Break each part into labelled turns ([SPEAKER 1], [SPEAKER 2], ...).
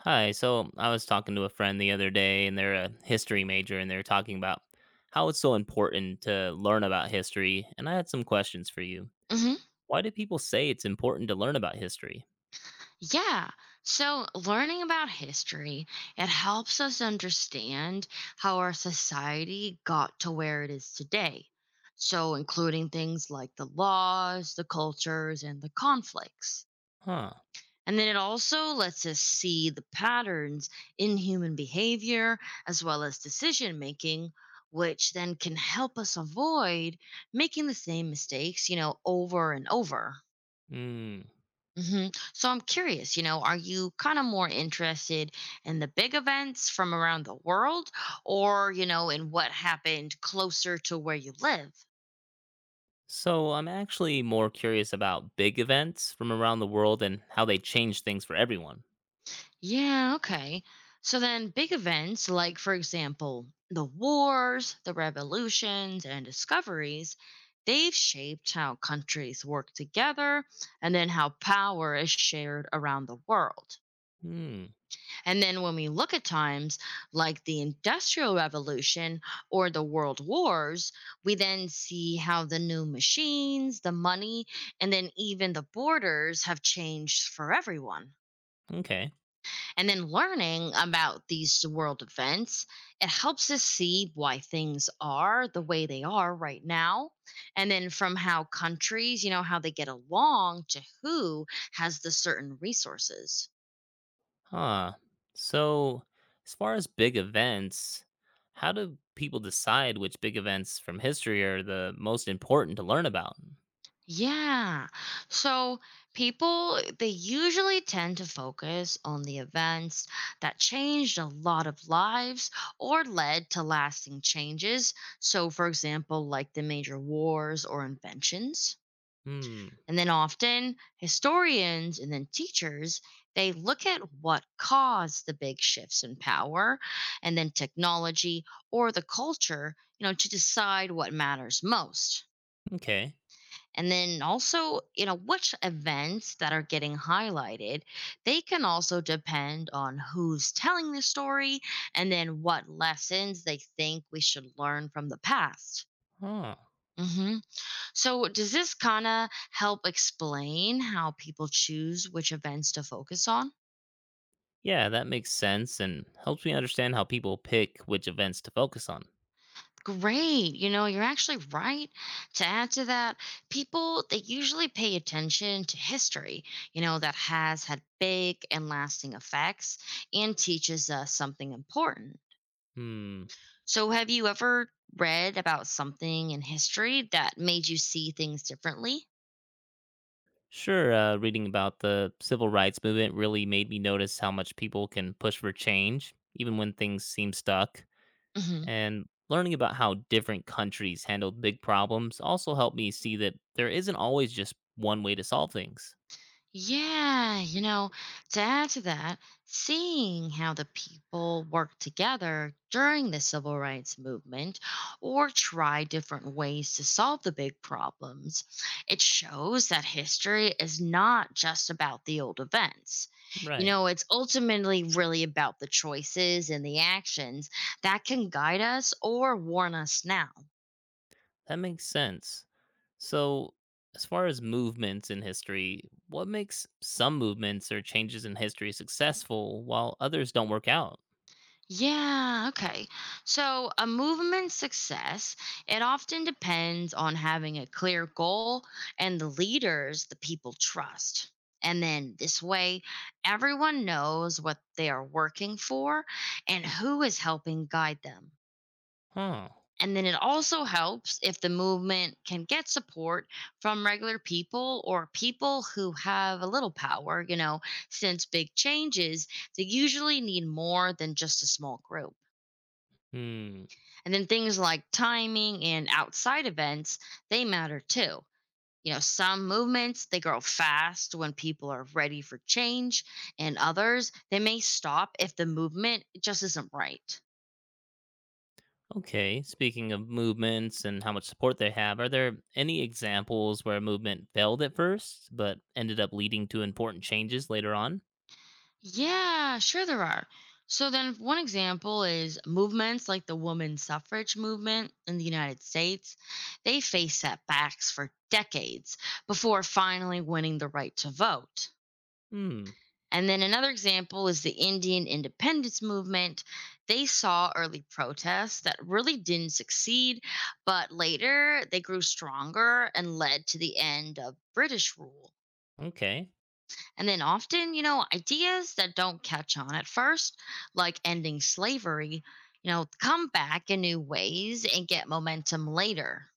[SPEAKER 1] Hi. So I was talking to a friend the other day, and they're a history major, and they're talking about how it's so important to learn about history. And I had some questions for you.
[SPEAKER 2] hmm
[SPEAKER 1] Why do people say it's important to learn about history?
[SPEAKER 2] Yeah. So, learning about history, it helps us understand how our society got to where it is today. So, including things like the laws, the cultures, and the conflicts.
[SPEAKER 1] Huh.
[SPEAKER 2] And then it also lets us see the patterns in human behavior as well as decision making, which then can help us avoid making the same mistakes, you know, over and over.
[SPEAKER 1] Hmm.
[SPEAKER 2] hmm So I'm curious, you know, are you kind of more interested in the big events from around the world or, you know, in what happened closer to where you live?
[SPEAKER 1] So I'm actually more curious about big events from around the world and how they change things for everyone.
[SPEAKER 2] Yeah, okay. So then big events like, for example, the wars, the revolutions, and discoveries, they've shaped how countries work together and then how power is shared around the world.
[SPEAKER 1] Hmm.
[SPEAKER 2] And then when we look at times like the Industrial Revolution or the World Wars, we then see how the new machines, the money, and then even the borders have changed for everyone.
[SPEAKER 1] Okay.
[SPEAKER 2] And then learning about these world events, it helps us see why things are the way they are right now. And then from how countries, you know, how they get along to who has the certain resources.
[SPEAKER 1] Huh. So, as far as big events, how do people decide which big events from history are the most important to learn about?
[SPEAKER 2] Yeah. So people, they usually tend to focus on the events that changed a lot of lives or led to lasting changes. So, for example, like the major wars or inventions.
[SPEAKER 1] Hmm.
[SPEAKER 2] And then often historians and then teachers, they look at what caused the big shifts in power and then technology or the culture, you know, to decide what matters most.
[SPEAKER 1] Okay.
[SPEAKER 2] And then also, you know, which events that are getting highlighted, they can also depend on who's telling the story and then what lessons they think we should learn from the past.
[SPEAKER 1] Huh.
[SPEAKER 2] hmm So, does this kind of help explain how people choose which events to focus on?
[SPEAKER 1] Yeah, that makes sense and helps me understand how people pick which events to focus on.
[SPEAKER 2] Great. You know, you're actually right. To add to that, people, they usually pay attention to history, you know, that has had big and lasting effects and teaches us something important.
[SPEAKER 1] Hmm.
[SPEAKER 2] So, have you ever read about something in history that made you see things differently?
[SPEAKER 1] Sure, reading about the civil rights movement really made me notice how much people can push for change, even when things seem stuck.
[SPEAKER 2] Mm-hmm.
[SPEAKER 1] And learning about how different countries handled big problems also helped me see that there isn't always just one way to solve things.
[SPEAKER 2] Yeah, you know, to add to that, seeing how the people worked together during the civil rights movement or try different ways to solve the big problems, it shows that history is not just about the old events. You
[SPEAKER 1] Right.
[SPEAKER 2] know, it's ultimately really about the choices and the actions that can guide us or warn us now.
[SPEAKER 1] That makes sense. So, as far as movements in history, what makes some movements or changes in history successful while others don't work out?
[SPEAKER 2] Yeah, okay. So, a movement's success, it often depends on having a clear goal and the leaders the people trust. And then this way, everyone knows what they are working for and who is helping guide them.
[SPEAKER 1] Huh.
[SPEAKER 2] And then it also helps if the movement can get support from regular people or people who have a little power, you know, since big changes, they usually need more than just a small group.
[SPEAKER 1] Hmm.
[SPEAKER 2] And then things like timing and outside events, they matter too. You know, some movements, they grow fast when people are ready for change, and others, they may stop if the movement just isn't right.
[SPEAKER 1] Okay. Speaking of movements and how much support they have, are there any examples where a movement failed at first but ended up leading to important changes later on?
[SPEAKER 2] Yeah, sure there are. So then one example is movements like the women's suffrage movement in the United States. They faced setbacks for decades before finally winning the right to vote.
[SPEAKER 1] Hmm.
[SPEAKER 2] And then another example is the Indian independence movement. They saw early protests that really didn't succeed, but later they grew stronger and led to the end of British rule.
[SPEAKER 1] Okay.
[SPEAKER 2] And then often, you know, ideas that don't catch on at first, like ending slavery, you know, come back in new ways and get momentum later.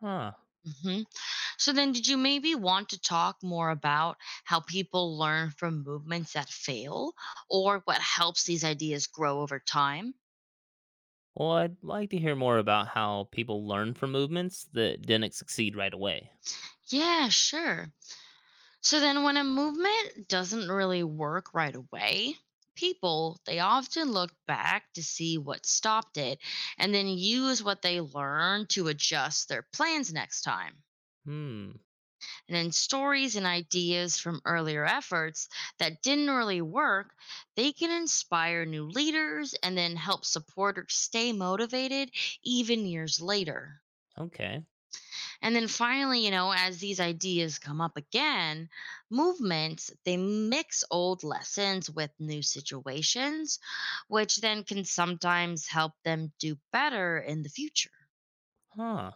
[SPEAKER 1] Huh.
[SPEAKER 2] Mhm. So then did you maybe want to talk more about how people learn from movements that fail or what helps these ideas grow over time?
[SPEAKER 1] Well, I'd like to hear more about how people learn from movements that didn't succeed right away.
[SPEAKER 2] Yeah, sure. So then when a movement doesn't really work right away, people they often look back to see what stopped it and then use what they learned to adjust their plans next time.
[SPEAKER 1] Hmm.
[SPEAKER 2] And then stories and ideas from earlier efforts that didn't really work, they can inspire new leaders and then help supporters stay motivated even years later.
[SPEAKER 1] Okay.
[SPEAKER 2] And then finally, you know, as these ideas come up again, movements, they mix old lessons with new situations, which then can sometimes help them do better in the future.
[SPEAKER 1] Huh.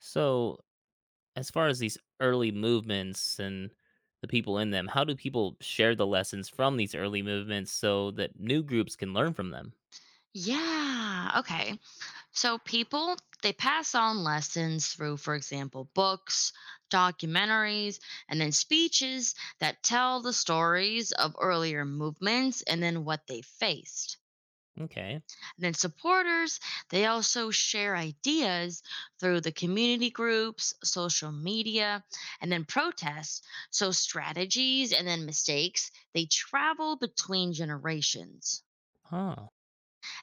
[SPEAKER 1] So, as far as these early movements and the people in them, how do people share the lessons from these early movements so that new groups can learn from them?
[SPEAKER 2] Yeah, okay. So people they pass on lessons through, for example, books, documentaries, and then speeches that tell the stories of earlier movements and then what they faced.
[SPEAKER 1] Okay.
[SPEAKER 2] And then supporters, they also share ideas through the community groups, social media, and then protests. So strategies and then mistakes, they travel between generations.
[SPEAKER 1] Huh.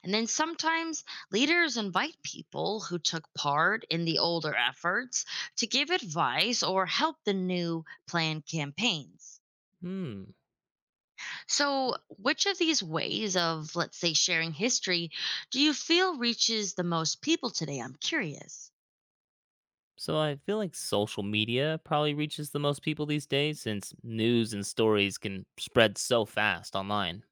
[SPEAKER 2] And then sometimes leaders invite people who took part in the older efforts to give advice or help the new planned campaigns.
[SPEAKER 1] Hmm.
[SPEAKER 2] So, which of these ways of, let's say, sharing history do you feel reaches the most people today? I'm curious.
[SPEAKER 1] So, I feel like social media probably reaches the most people these days since news and stories can spread so fast online.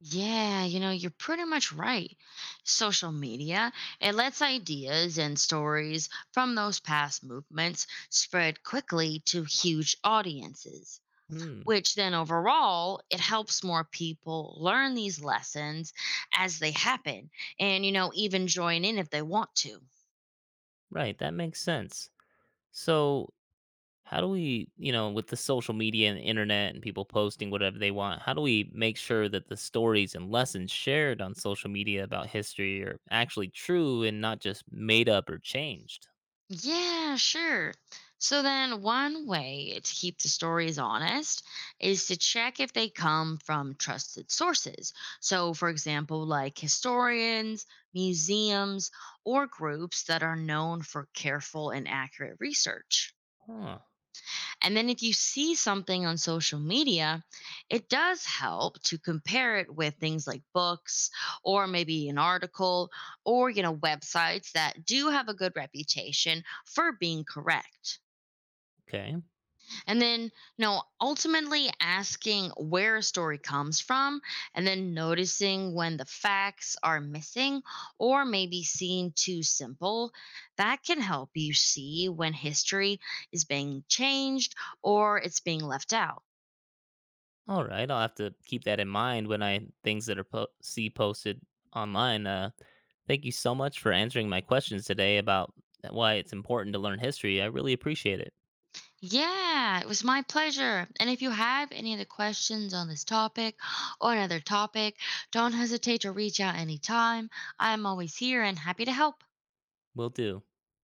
[SPEAKER 2] Yeah, you know, you're pretty much right. Social media, it lets ideas and stories from those past movements spread quickly to huge audiences.
[SPEAKER 1] Hmm.
[SPEAKER 2] Which then overall, it helps more people learn these lessons as they happen, and, you know, even join in if they want to.
[SPEAKER 1] Right, that makes sense. So, how do we, you know, with the social media and the internet and people posting whatever they want, how do we make sure that the stories and lessons shared on social media about history are actually true and not just made up or changed?
[SPEAKER 2] Yeah, sure. So then one way to keep the stories honest is to check if they come from trusted sources. So, for example, like historians, museums, or groups that are known for careful and accurate research.
[SPEAKER 1] Huh.
[SPEAKER 2] And then if you see something on social media, it does help to compare it with things like books or maybe an article, or, you know, websites that do have a good reputation for being correct.
[SPEAKER 1] Okay.
[SPEAKER 2] And then, you know, ultimately asking where a story comes from and then noticing when the facts are missing or maybe seem too simple, that can help you see when history is being changed or it's being left out.
[SPEAKER 1] All right. I'll have to keep that in mind when I things that are see posted online. Thank you so much for answering my questions today about why it's important to learn history. I really appreciate it.
[SPEAKER 2] Yeah, it was my pleasure. And if you have any other questions on this topic or another topic, don't hesitate to reach out anytime. I'm always here and happy to help.
[SPEAKER 1] Will do.